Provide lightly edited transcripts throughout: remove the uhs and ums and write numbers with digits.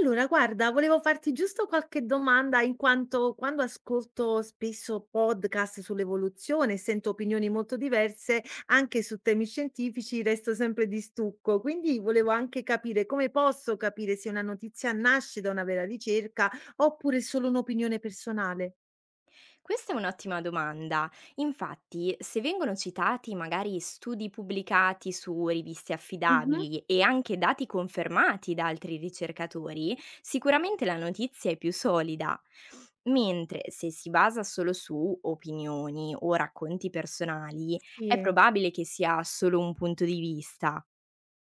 Allora guarda, volevo farti giusto qualche domanda in quanto quando ascolto spesso podcast sull'evoluzione e sento opinioni molto diverse anche su temi scientifici, resto sempre di stucco. Quindi volevo anche capire come posso capire se una notizia nasce da una vera ricerca oppure è solo un'opinione personale. Questa è un'ottima domanda. Infatti, se vengono citati magari studi pubblicati su riviste Mhm. affidabili e anche dati confermati da altri ricercatori, sicuramente la notizia è più solida. Mentre se si basa solo su opinioni o racconti personali, è Sì. probabile che sia solo un punto di vista.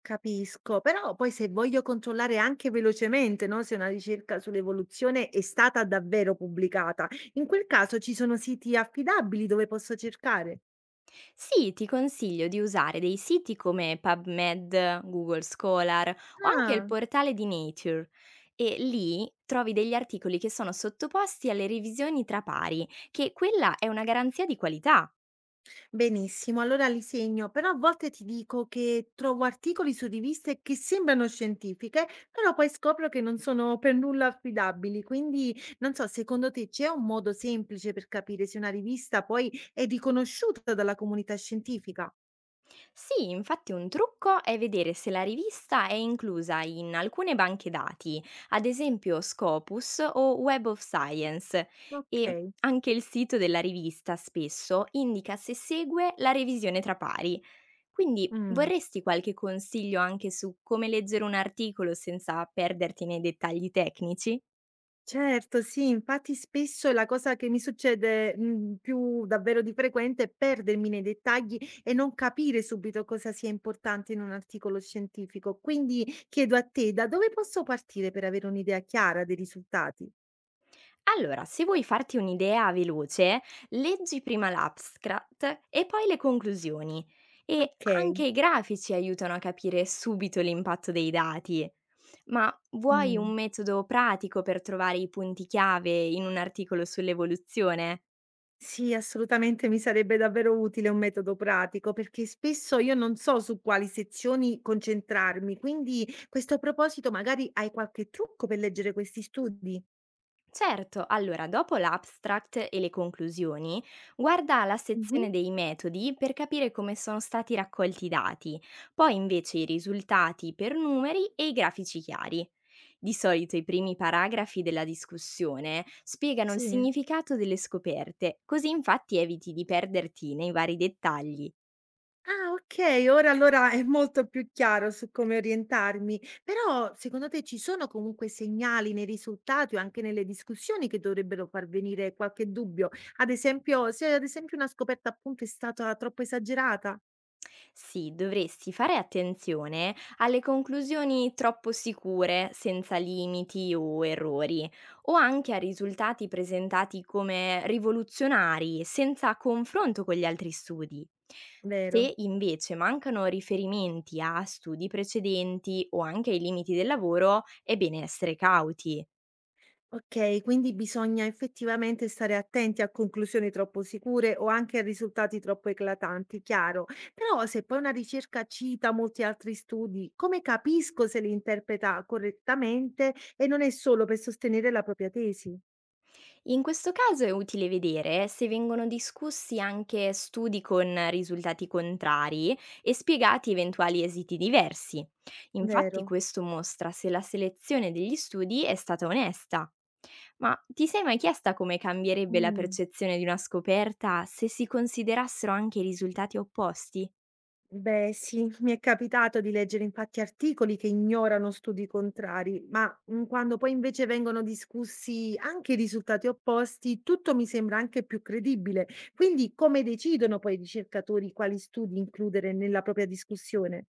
Capisco, però poi se voglio controllare anche velocemente, no, se una ricerca sull'evoluzione è stata davvero pubblicata, in quel caso ci sono siti affidabili dove posso cercare? Sì, ti consiglio di usare dei siti come PubMed, Google Scholar o anche il Ah, portale di Nature, e lì trovi degli articoli che sono sottoposti alle revisioni tra pari, che quella è una garanzia di qualità. benissimo, allora li segno, però a volte ti dico che trovo articoli su riviste che sembrano scientifiche, però poi scopro che non sono per nulla affidabili, quindi non so, secondo te c'è un modo semplice per capire se una rivista poi è riconosciuta dalla comunità scientifica? Sì, infatti un trucco è vedere se la rivista è inclusa in alcune banche dati, ad esempio Scopus o Web of Science, Ok. e anche il sito della rivista spesso indica se segue la revisione tra pari. Quindi, Mm. vorresti qualche consiglio anche su come leggere un articolo senza perderti nei dettagli tecnici? Certo, sì, infatti spesso la cosa che mi succede, più davvero di frequente è perdermi nei dettagli e non capire subito cosa sia importante in un articolo scientifico. Quindi chiedo a te, da dove posso partire per avere un'idea chiara dei risultati? Allora, se vuoi farti un'idea veloce, leggi prima l'abstract e poi le conclusioni. E anche Okay. i grafici aiutano a capire subito l'impatto dei dati. Ma vuoi un Mh. metodo pratico per trovare i punti chiave in un articolo sull'evoluzione? Sì, assolutamente mi sarebbe davvero utile un metodo pratico, perché spesso io non so su quali sezioni concentrarmi. Quindi questo a proposito magari hai qualche trucco per leggere questi studi? Certo, allora dopo l'abstract e le conclusioni, guarda la Mh-mh. sezione dei metodi per capire come sono stati raccolti i dati, poi invece i risultati per numeri e i grafici chiari. Di solito i primi paragrafi della discussione spiegano il Sì. significato delle scoperte, così infatti eviti di perderti nei vari dettagli. Ah, okay, ora allora è molto più chiaro su come orientarmi. Però secondo te ci sono comunque segnali nei risultati o anche nelle discussioni che dovrebbero far venire qualche dubbio? Ad esempio se ad esempio una scoperta appunto è stata troppo esagerata, Sì, dovresti fare attenzione alle conclusioni troppo sicure, senza limiti o errori, o anche a risultati presentati come rivoluzionari, senza confronto con gli altri studi. vero? Se invece mancano riferimenti a studi precedenti o anche ai limiti del lavoro, è bene essere cauti. Okay, quindi bisogna effettivamente stare attenti a conclusioni troppo sicure o anche a risultati troppo eclatanti, chiaro. Però se poi una ricerca cita molti altri studi, come capisco se li interpreta correttamente e non è solo per sostenere la propria tesi? In questo caso è utile vedere se vengono discussi anche studi con risultati contrari e spiegati eventuali esiti diversi. Infatti Vero. questo mostra se la selezione degli studi è stata onesta. Ma ti sei mai chiesta come cambierebbe la Mh. percezione di una scoperta se si considerassero anche i risultati opposti? Beh, sì, mi è capitato di leggere infatti articoli che ignorano studi contrari, ma quando poi invece vengono discussi anche i risultati opposti, tutto mi sembra anche più credibile. Quindi come decidono poi i ricercatori quali studi includere nella propria discussione?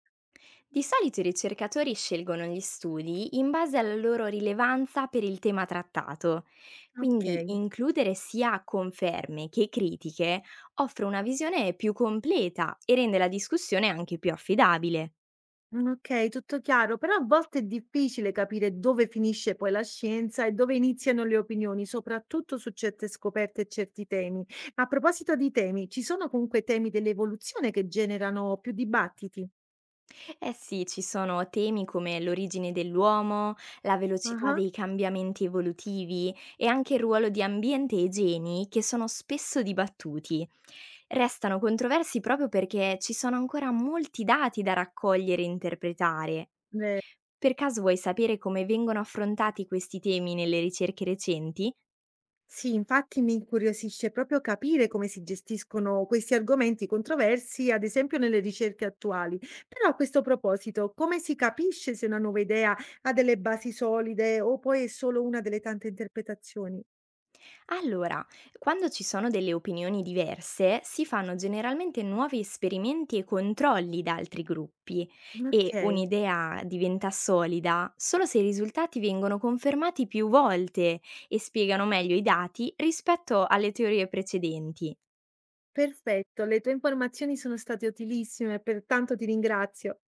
Di solito i ricercatori scelgono gli studi in base alla loro rilevanza per il tema trattato, quindi Ok. includere sia conferme che critiche offre una visione più completa e rende la discussione anche più affidabile. Okay, tutto chiaro, però a volte è difficile capire dove finisce poi la scienza e dove iniziano le opinioni, soprattutto su certe scoperte e certi temi. A proposito di temi, ci sono comunque temi dell'evoluzione che generano più dibattiti? Eh sì, ci sono temi come l'origine dell'uomo, la velocità Ah-ah, dei cambiamenti evolutivi e anche il ruolo di ambiente e geni, che sono spesso dibattuti. Restano controversi proprio perché ci sono ancora molti dati da raccogliere e interpretare. ve Per caso vuoi sapere come vengono affrontati questi temi nelle ricerche recenti? sì, infatti mi incuriosisce proprio capire come si gestiscono questi argomenti controversi, ad esempio nelle ricerche attuali. Però a questo proposito, come si capisce se una nuova idea ha delle basi solide o poi è solo una delle tante interpretazioni? Allora, quando ci sono delle opinioni diverse, si fanno generalmente nuovi esperimenti e controlli da altri gruppi, e Okay, un'idea diventa solida solo se i risultati vengono confermati più volte e spiegano meglio i dati rispetto alle teorie precedenti. perfetto. Le tue informazioni sono state utilissime, pertanto ti ringrazio.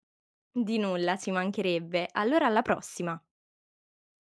Di nulla, ci mancherebbe, allora alla prossima!